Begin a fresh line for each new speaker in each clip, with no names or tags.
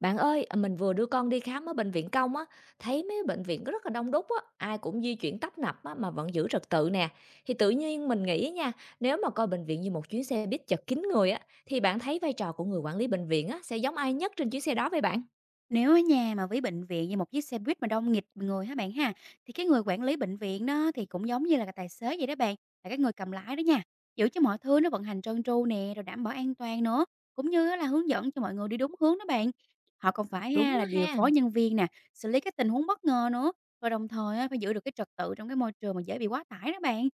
Bạn ơi, mình vừa đưa con đi khám ở bệnh viện công á, thấy mấy bệnh viện có rất là đông đúc á, ai cũng di chuyển tấp nập á, mà vẫn giữ trật tự nè. Thì tự nhiên mình nghĩ nha, nếu mà coi bệnh viện như một chuyến xe buýt chật kín người á, thì bạn thấy vai trò của người quản lý bệnh viện á, sẽ giống ai nhất trên chuyến xe đó vậy bạn?
Nếu ở nhà mà với bệnh viện như một chiếc xe buýt mà đông nghịt người hả bạn ha, thì cái người quản lý bệnh viện đó thì cũng giống như là cái tài xế vậy đó bạn, là cái người cầm lái đó nha. Giữ cho mọi thứ nó vận hành trơn tru nè, rồi đảm bảo an toàn nữa, cũng như á là hướng dẫn cho mọi người đi đúng hướng đó bạn. Họ còn phải
Đúng
ha là
đó
điều
ha.
phối nhân viên nè, xử lý các tình huống bất ngờ nữa, và đồng thời á, phải giữ được cái trật tự trong cái môi trường mà dễ bị quá tải đó bạn.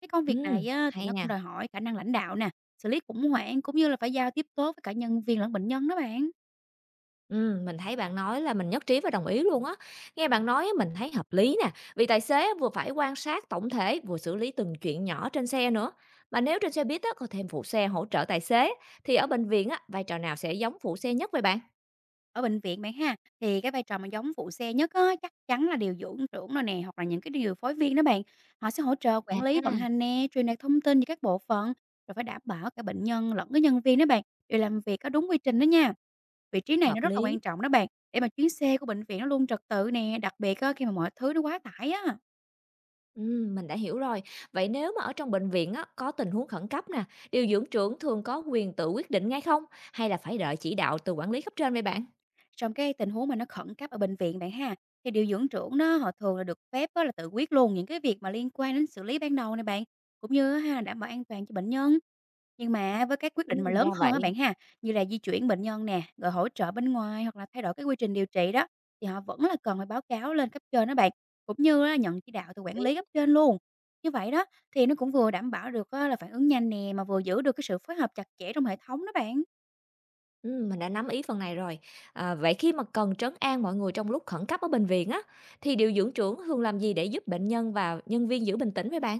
Cái công việc
Ừ,
này á, thì
hay
nó
nè.
cũng đòi hỏi khả năng lãnh đạo nè, xử lý khủng hoảng cũng như là phải giao tiếp tốt với cả nhân viên lẫn bệnh nhân đó bạn.
Mình thấy bạn nói là mình nhất trí và đồng ý luôn á. Nghe bạn nói á, mình thấy hợp lý nè, vì tài xế á, vừa phải quan sát tổng thể, vừa xử lý từng chuyện nhỏ trên xe nữa. Mà nếu trên xe buýt á, có thêm phụ xe hỗ trợ tài xế, thì ở bệnh viện á, vai trò nào sẽ giống phụ xe nhất vậy bạn?
Ở bệnh viện bạn ha, thì cái vai trò mà giống phụ xe nhất á, chắc chắn là điều dưỡng trưởng rồi nè, hoặc là những cái điều phối viên đó bạn. Họ sẽ hỗ trợ quản
À,
lý vận hành nè, truyền đạt thông tin cho các bộ phận, rồi phải đảm bảo cả bệnh nhân lẫn cái nhân viên đó bạn, đều làm việc có đúng quy trình đó nha. Vị trí này nó
hợp
rất là
lý.
quan trọng đó bạn, để mà chuyến xe của bệnh viện nó luôn trật tự nè, đặc biệt á, khi mà mọi thứ nó quá tải á.
Mình đã hiểu rồi. Vậy nếu mà ở trong bệnh viện á, có tình huống khẩn cấp nè, điều dưỡng trưởng thường có quyền tự quyết định ngay không? Hay là phải đợi chỉ đạo từ quản lý cấp trên vậy bạn?
Trong cái tình huống mà nó khẩn cấp ở bệnh viện bạn ha, thì điều dưỡng trưởng đó họ thường là được phép á là tự quyết luôn những cái việc mà liên quan đến xử lý ban đầu này bạn, cũng như á ha đảm bảo an toàn cho bệnh nhân. Nhưng mà với các quyết định mà lớn
Ra
hơn á
vậy.
bạn ha, như là di chuyển bệnh nhân nè, rồi hỗ trợ bên ngoài hoặc là thay đổi cái quy trình điều trị đó, thì họ vẫn là cần phải báo cáo lên cấp trên đó bạn, cũng như á, nhận chỉ đạo từ quản lý cấp trên luôn. Như vậy đó thì nó cũng vừa đảm bảo được á là phản ứng nhanh nè mà vừa giữ được cái sự phối hợp chặt chẽ trong hệ thống đó bạn.
Mình đã nắm ý phần này rồi. À, vậy khi mà cần trấn an mọi người trong lúc khẩn cấp ở bệnh viện á, thì điều dưỡng trưởng thường làm gì để giúp bệnh nhân và nhân viên giữ bình tĩnh với bạn?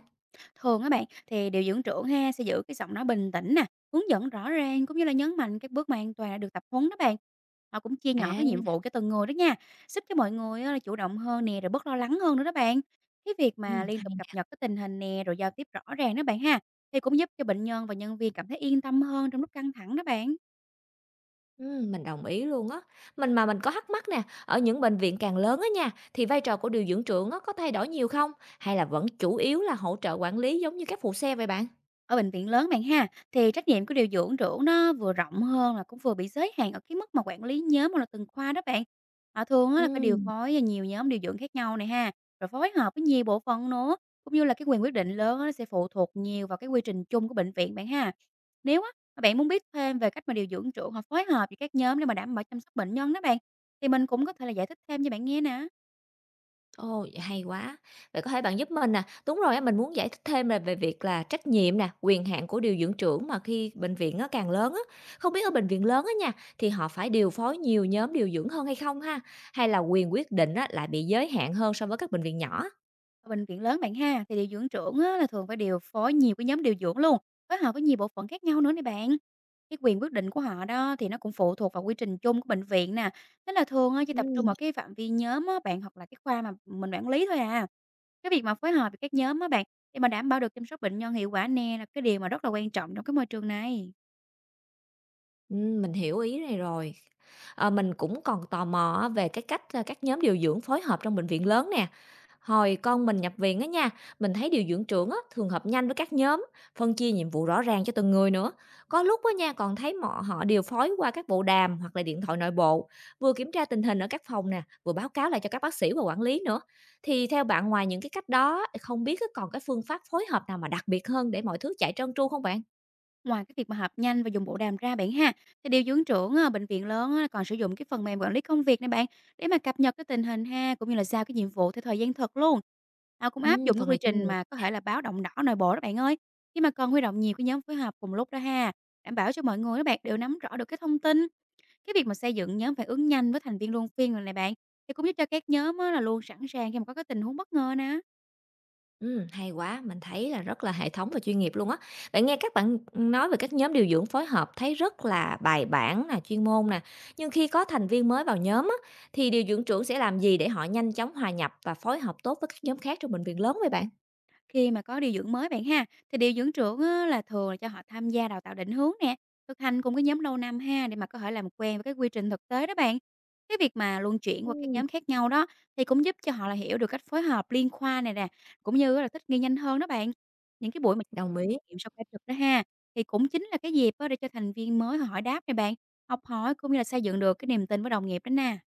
Thường á bạn, thì điều dưỡng trưởng ha sẽ giữ cái giọng nói bình tĩnh nè, hướng dẫn rõ ràng cũng như là nhấn mạnh các bước mà an toàn đã được tập huấn đó bạn. Họ cũng chia nhỏ cái nhiệm
À,
vụ cho từng người đó nha, giúp cho mọi người á là chủ động hơn nè, rồi bớt lo lắng hơn nữa đó bạn. Cái việc mà liên
hay
tục cập
nè.
nhật cái tình hình nè, rồi giao tiếp rõ ràng đó bạn ha, thì cũng giúp cho bệnh nhân và nhân viên cảm thấy yên tâm hơn trong lúc căng thẳng đó bạn.
Mình đồng ý luôn á. Mình có thắc mắc nè, ở những bệnh viện càng lớn á nha, thì vai trò của điều dưỡng trưởng á có thay đổi nhiều không? Hay là vẫn chủ yếu là hỗ trợ quản lý giống như các phụ xe vậy bạn?
Ở bệnh viện lớn bạn ha, thì trách nhiệm của điều dưỡng trưởng nó vừa rộng hơn là cũng vừa bị giới hạn ở cái mức mà quản lý nhóm hoặc là từng khoa đó bạn. Họ thường á là phải điều
Ừm.
phối nhiều nhóm điều dưỡng khác nhau này ha, rồi phối hợp với nhiều bộ phận nữa, cũng như là cái quyền quyết định lớn á, nó sẽ phụ thuộc nhiều vào cái quy trình chung của bệnh viện bạn ha. Nếu á, mà bạn muốn biết thêm về cách mà điều dưỡng trưởng họ phối hợp với các nhóm để mà đảm bảo chăm sóc bệnh nhân đó bạn, thì mình cũng có thể là giải thích thêm cho bạn nghe nè.
Ồ, vậy hay quá. Vậy có thể bạn giúp mình nè, đúng rồi á, mình muốn giải thích thêm là về việc là trách nhiệm nè, quyền hạn của điều dưỡng trưởng mà khi bệnh viện nó càng lớn á, không biết ở bệnh viện lớn á nha, thì họ phải điều phối nhiều nhóm điều dưỡng hơn hay không ha? Hay là quyền quyết định á, lại bị giới hạn hơn so với các bệnh viện nhỏ?
Ở bệnh viện lớn bạn ha, thì điều dưỡng trưởng á, là thường phải điều phối nhiều cái nhóm điều dưỡng luôn, phối hợp với nhiều bộ phận khác nhau nữa này bạn. Cái quyền quyết định của họ đó thì nó cũng phụ thuộc vào quy trình chung của bệnh viện nè. Nên là thường á, chỉ tập
Ừ.
trung vào cái phạm vi nhóm á, bạn hoặc là cái khoa mà mình quản lý thôi à. Cái việc mà phối hợp với các nhóm á bạn để mà đảm bảo được chăm sóc bệnh nhân hiệu quả nè là cái điều mà rất là quan trọng trong cái môi trường này.
Mình hiểu ý này rồi. Mình cũng còn tò mò á về cái cách, các nhóm điều dưỡng phối hợp trong bệnh viện lớn nè. Hồi con mình nhập viện á nha, mình thấy điều dưỡng trưởng á, thường họp nhanh với các nhóm, phân chia nhiệm vụ rõ ràng cho từng người nữa. Có lúc á nha, còn thấy họ điều phối qua các bộ đàm hoặc là điện thoại nội bộ, vừa kiểm tra tình hình ở các phòng nè, vừa báo cáo lại cho các bác sĩ và quản lý nữa. Thì theo bạn ngoài những cái cách đó không biết á còn cái phương pháp phối hợp nào mà đặc biệt hơn để mọi thứ chạy trơn tru không bạn?
Ngoài cái việc mà họp nhanh và dùng bộ đàm ra bạn ha, thì điều dưỡng trưởng bệnh viện lớn á, còn sử dụng cái phần mềm quản lý công việc này bạn để mà cập nhật cái tình hình ha cũng như là giao cái nhiệm vụ theo thời gian thực luôn. Họ cũng áp dụng cái
Phần
quy
này chuyên.
trình mà có thể là báo động đỏ nội bộ đó bạn ơi. Khi mà cần huy động nhiều cái nhóm phối hợp cùng lúc đó ha, đảm bảo cho mọi người các bạn đều nắm rõ được cái thông tin. Cái việc mà xây dựng nhóm phản ứng nhanh với thành viên luân phiên rồi này bạn thì cũng giúp cho các nhóm á, là luôn sẵn sàng khi mà có cái tình huống bất ngờ nè.
Hay quá, mình thấy là rất là hệ thống và chuyên nghiệp luôn á. Vậy nghe các bạn nói về các nhóm điều dưỡng phối hợp thấy rất là bài bản nè, chuyên môn nè, nhưng khi có thành viên mới vào nhóm á, thì điều dưỡng trưởng sẽ làm gì để họ nhanh chóng hòa nhập và phối hợp tốt với các nhóm khác trong bệnh viện lớn vậy bạn?
Khi mà có điều dưỡng mới bạn ha, thì điều dưỡng trưởng á, là thường là cho họ tham gia đào tạo định hướng nè, thực hành cùng cái nhóm lâu năm ha để mà có thể làm quen với cái quy trình thực tế đó bạn. Cái việc mà luân chuyển qua các
Ừm.
nhóm khác nhau đó thì cũng giúp cho họ là hiểu được cách phối hợp liên khoa này nè, cũng như là thích nghi nhanh hơn đó bạn. Những cái buổi mà
Đồng ý.
nghiệm sau ca trực đó ha, thì cũng chính là cái dịp á, để cho thành viên mới họ hỏi đáp này bạn, học hỏi cũng như là xây dựng được cái niềm tin với đồng nghiệp đó nè.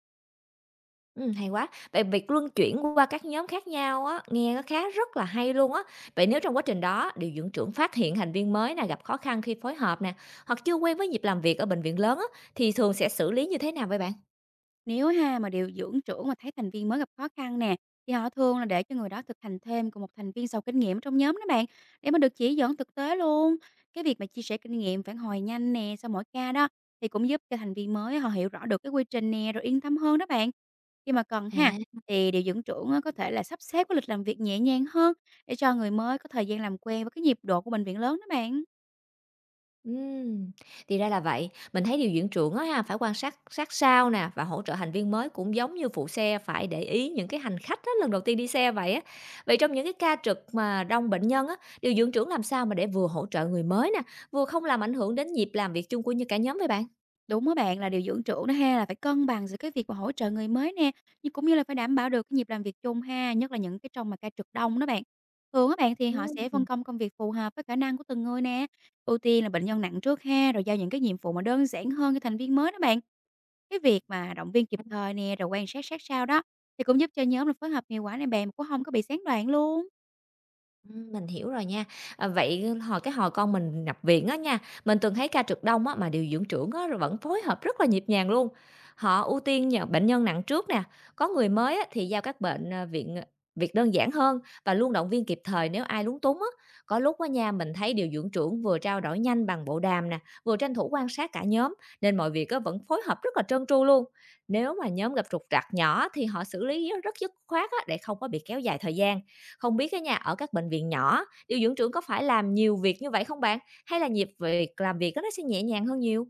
Hay quá. Vậy việc luân chuyển qua các nhóm khác nhau á, nghe nó khá rất là hay luôn á. Vậy nếu trong quá trình đó, điều dưỡng trưởng phát hiện thành viên mới nè, gặp khó khăn khi phối hợp nè, hoặc chưa quen với nhịp làm việc ở bệnh viện lớn á, thì thường sẽ xử lý như thế nào vậy bạn?
Nếu ha mà điều dưỡng trưởng mà thấy thành viên mới gặp khó khăn nè, thì họ thường là để cho người đó thực hành thêm cùng một thành viên giàu kinh nghiệm trong nhóm đó bạn, để mà được chỉ dẫn thực tế luôn. Cái việc mà chia sẻ kinh nghiệm phản hồi nhanh nè sau mỗi ca đó thì cũng giúp cho thành viên mới họ hiểu rõ được cái quy trình nè rồi yên tâm hơn đó bạn. Khi mà cần ha
À,
thì điều dưỡng trưởng á, có thể là sắp xếp cái lịch làm việc nhẹ nhàng hơn để cho người mới có thời gian làm quen với cái nhịp độ của bệnh viện lớn đó bạn.
ừm, thì ra là vậy. Mình thấy điều dưỡng trưởng á ha, phải quan sát sát sao nè và hỗ trợ thành viên mới cũng giống như phụ xe phải để ý những cái hành khách á, lần đầu tiên đi xe vậy á. Vậy trong những cái ca trực mà đông bệnh nhân á, điều dưỡng trưởng làm sao mà để vừa hỗ trợ người mới nè, vừa không làm ảnh hưởng đến nhịp làm việc chung của như cả nhóm vậy bạn?
Đúng á bạn, là điều dưỡng trưởng đó ha, là phải cân bằng giữa cái việc mà hỗ trợ người mới nè, nhưng cũng như là phải đảm bảo được cái nhịp làm việc chung ha, nhất là những cái trong mà ca trực đông đó bạn. Thường các bạn thì họ sẽ
Ừm.
phân công công việc phù hợp với khả năng của từng người nè, ưu tiên là bệnh nhân nặng trước ha, rồi giao những cái nhiệm vụ mà đơn giản hơn cho thành viên mới đó bạn. Cái việc mà động viên kịp thời nè, rồi quan sát sát sao đó thì cũng giúp cho nhóm là phối hợp hiệu quả này bạn mà cũng không có bị gián đoạn luôn.
Mình hiểu rồi nha. À, vậy hồi con mình nhập viện á nha, mình từng thấy ca trực đông á mà điều dưỡng trưởng á rồi vẫn phối hợp rất là nhịp nhàng luôn. Họ ưu tiên nhận bệnh nhân nặng trước nè, có người mới á thì giao các bệnh à, viện à, việc đơn giản hơn và luôn động viên kịp thời nếu ai lúng túng á. Có lúc á nha, mình thấy điều dưỡng trưởng vừa trao đổi nhanh bằng bộ đàm nè, vừa tranh thủ quan sát cả nhóm nên mọi việc á vẫn phối hợp rất là trơn tru luôn. Nếu mà nhóm gặp trục trặc nhỏ thì họ xử lý rất dứt khoát á để không có bị kéo dài thời gian không biết cái nhà ở các bệnh viện nhỏ, điều dưỡng trưởng có phải làm nhiều việc như vậy không bạn? Hay là nhịp làm việc đó nó sẽ nhẹ nhàng hơn nhiều?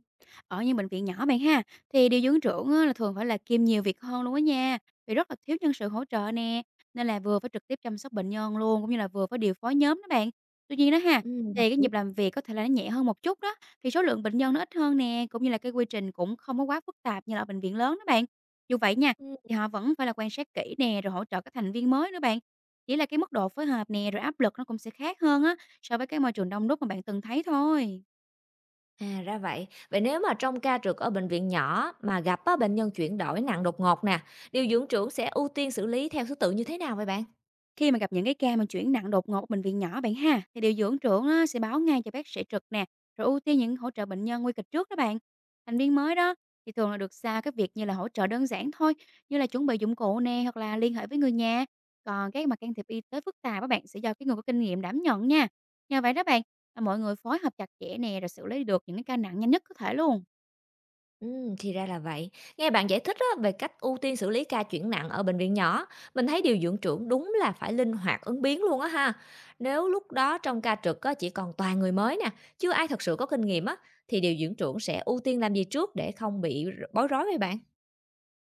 Ở những bệnh viện nhỏ bạn ha, thì điều dưỡng trưởng á, là thường phải là kiêm nhiều việc hơn luôn á nha, vì rất là thiếu nhân sự hỗ trợ nè, nên là vừa phải trực tiếp chăm sóc bệnh nhân luôn, cũng như là vừa phải điều phối nhóm đó bạn. Tuy nhiên đó ha,
Đồng
thì cái
ý.
nhịp làm việc có thể là nó nhẹ hơn một chút đó, thì số lượng bệnh nhân nó ít hơn nè, cũng như là cái quy trình cũng không có quá phức tạp như là ở bệnh viện lớn đó bạn. Dù vậy nha,
Ừm,
thì họ vẫn phải là quan sát kỹ nè, rồi hỗ trợ các thành viên mới nữa bạn. Chỉ là cái mức độ phối hợp nè, rồi áp lực nó cũng sẽ khác hơn á, so với cái môi trường đông đúc mà bạn từng thấy thôi.
À, ra vậy. Vậy nếu mà trong ca trực ở bệnh viện nhỏ mà gặp á, bệnh nhân chuyển đổi nặng đột ngột nè, điều dưỡng trưởng sẽ ưu tiên xử lý theo thứ tự như thế nào vậy bạn?
Khi mà gặp những cái ca mà chuyển nặng đột ngột ở bệnh viện nhỏ bạn ha, thì điều dưỡng trưởng á, sẽ báo ngay cho bác sĩ trực nè, rồi ưu tiên những hỗ trợ bệnh nhân nguy kịch trước đó bạn. Thành viên mới đó thì thường là được giao các việc như là hỗ trợ đơn giản thôi, như là chuẩn bị dụng cụ nè hoặc là liên hệ với người nhà. Còn cái mà can thiệp y tế phức tạp các bạn sẽ do cái người có kinh nghiệm đảm nhận nha. Nhờ vậy đó bạn, mà mọi người phối hợp chặt chẽ nè rồi xử lý được những cái ca nặng nhanh nhất có thể luôn.
Thì ra là vậy. Nghe bạn giải thích á, về cách ưu tiên xử lý ca chuyển nặng ở bệnh viện nhỏ, mình thấy điều dưỡng trưởng đúng là phải linh hoạt ứng biến luôn á ha. Nếu lúc đó trong ca trực á, chỉ còn toàn người mới nè, chưa ai thật sự có kinh nghiệm á, thì điều dưỡng trưởng sẽ ưu tiên làm gì trước để không bị bối rối vậy bạn?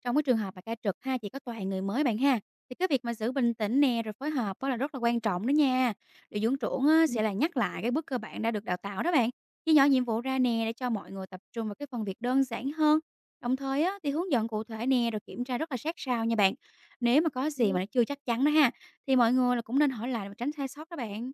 Trong cái trường hợp mà ca trực ha, chỉ có toàn người mới bạn ha, thì cái việc mà giữ bình tĩnh nè, rồi phối hợp đó là rất là quan trọng đó nha. Điều dưỡng trưởng á, sẽ là nhắc lại cái bước cơ bản đã được đào tạo đó bạn, chia nhỏ nhiệm vụ ra nè để cho mọi người tập trung vào cái phần việc đơn giản hơn. Đồng thời á, thì hướng dẫn cụ thể nè, rồi kiểm tra rất là sát sao nha bạn. Nếu mà có
Ừ.
gì mà nó chưa chắc chắn đó ha, thì mọi người là cũng nên hỏi lại và tránh sai sót đó bạn.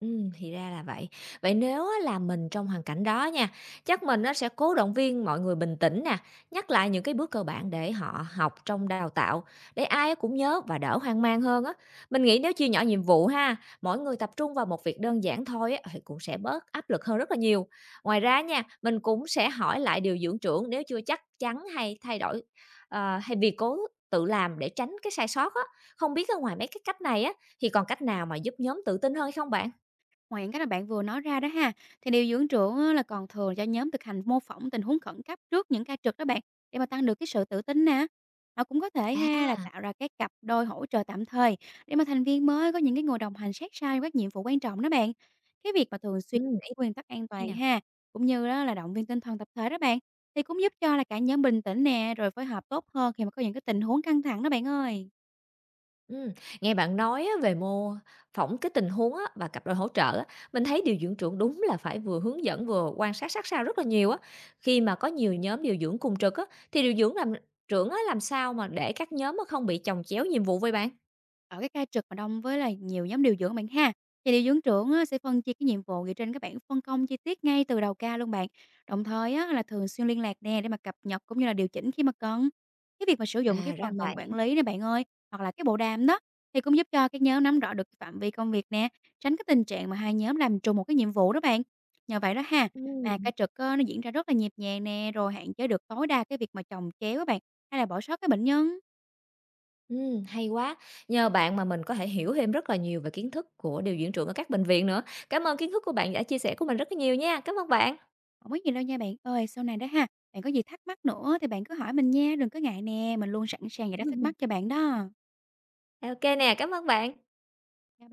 Thì ra là vậy. Vậy nếu á là mình trong hoàn cảnh đó nha, chắc mình nó sẽ cố động viên mọi người bình tĩnh nè, nhắc lại những cái bước cơ bản để họ học trong đào tạo, để ai cũng nhớ và đỡ hoang mang hơn á. Mình nghĩ nếu chia nhỏ nhiệm vụ ha, mỗi người tập trung vào một việc đơn giản thôi á, thì cũng sẽ bớt áp lực hơn rất là nhiều. Ngoài ra nha, mình cũng sẽ hỏi lại điều dưỡng trưởng nếu chưa chắc chắn hay thay đổi, hay vì cố tự làm để tránh cái sai sót á. Không biết ở ngoài mấy cái cách này á, thì còn cách nào mà giúp nhóm tự tin hơn hay không bạn?
Ngoài những cái mà bạn vừa nói ra đó ha, thì điều dưỡng trưởng á là còn thường cho nhóm thực hành mô phỏng tình huống khẩn cấp trước những ca trực đó bạn, để mà tăng được cái sự tự tin nè. Họ cũng có thể ha là
À,
tạo ra các cặp đôi hỗ trợ tạm thời để mà thành viên mới có những cái người đồng hành sát sao trong các nhiệm vụ quan trọng đó bạn. Cái việc mà thường xuyên
ý
nguyên tắc an
hay
toàn
nè.
ha, cũng như đó là động viên tinh thần tập thể đó bạn, thì cũng giúp cho là cả nhóm bình tĩnh nè, rồi phối hợp tốt hơn khi mà có những cái tình huống căng thẳng đó bạn ơi.
Ừm, Nghe bạn nói á về mô phỏng cái tình huống á và cặp đôi hỗ trợ á, mình thấy điều dưỡng trưởng đúng là phải vừa hướng dẫn vừa quan sát sát sao rất là nhiều á. Khi mà có nhiều nhóm điều dưỡng cùng trực á, thì điều dưỡng trưởng á làm sao mà để các nhóm á không bị chồng chéo nhiệm vụ với bạn?
Ở cái ca trực mà đông với là nhiều nhóm điều dưỡng bạn ha, thì điều dưỡng trưởng á sẽ phân chia cái nhiệm vụ dựa trên các bảng phân công chi tiết ngay từ đầu ca luôn bạn. Đồng thời á là thường xuyên liên lạc nè để mà cập nhật cũng như là điều chỉnh khi mà cần. Cái việc mà sử dụng cái
À, ra
phần mềm quản
vậy.
lý này bạn ơi, hoặc là cái bộ đàm đó thì cũng giúp cho các nhóm nắm rõ được cái phạm vi công việc nè, tránh cái tình trạng mà hai nhóm làm trùng một cái nhiệm vụ đó bạn. Nhờ vậy đó ha, mà ca
Ừm,
trực á, nó diễn ra rất là nhịp nhàng nè, rồi hạn chế được tối đa cái việc mà chồng chéo á bạn, hay là bỏ sót cái bệnh nhân.
Hay quá. Nhờ bạn mà mình có thể hiểu thêm rất là nhiều về kiến thức của điều dưỡng trưởng ở các bệnh viện nữa. Cảm ơn kiến thức của bạn đã chia sẻ của mình rất là nhiều nha. Cảm ơn bạn.
Hổng có gì đâu nha bạn ơi. Sau này đó ha, bạn có gì thắc mắc nữa thì bạn cứ hỏi mình nha, đừng có ngại nè, mình luôn sẵn sàng giải đáp thắc mắc cho bạn đó.
OK nè, cảm ơn bạn.
Chào.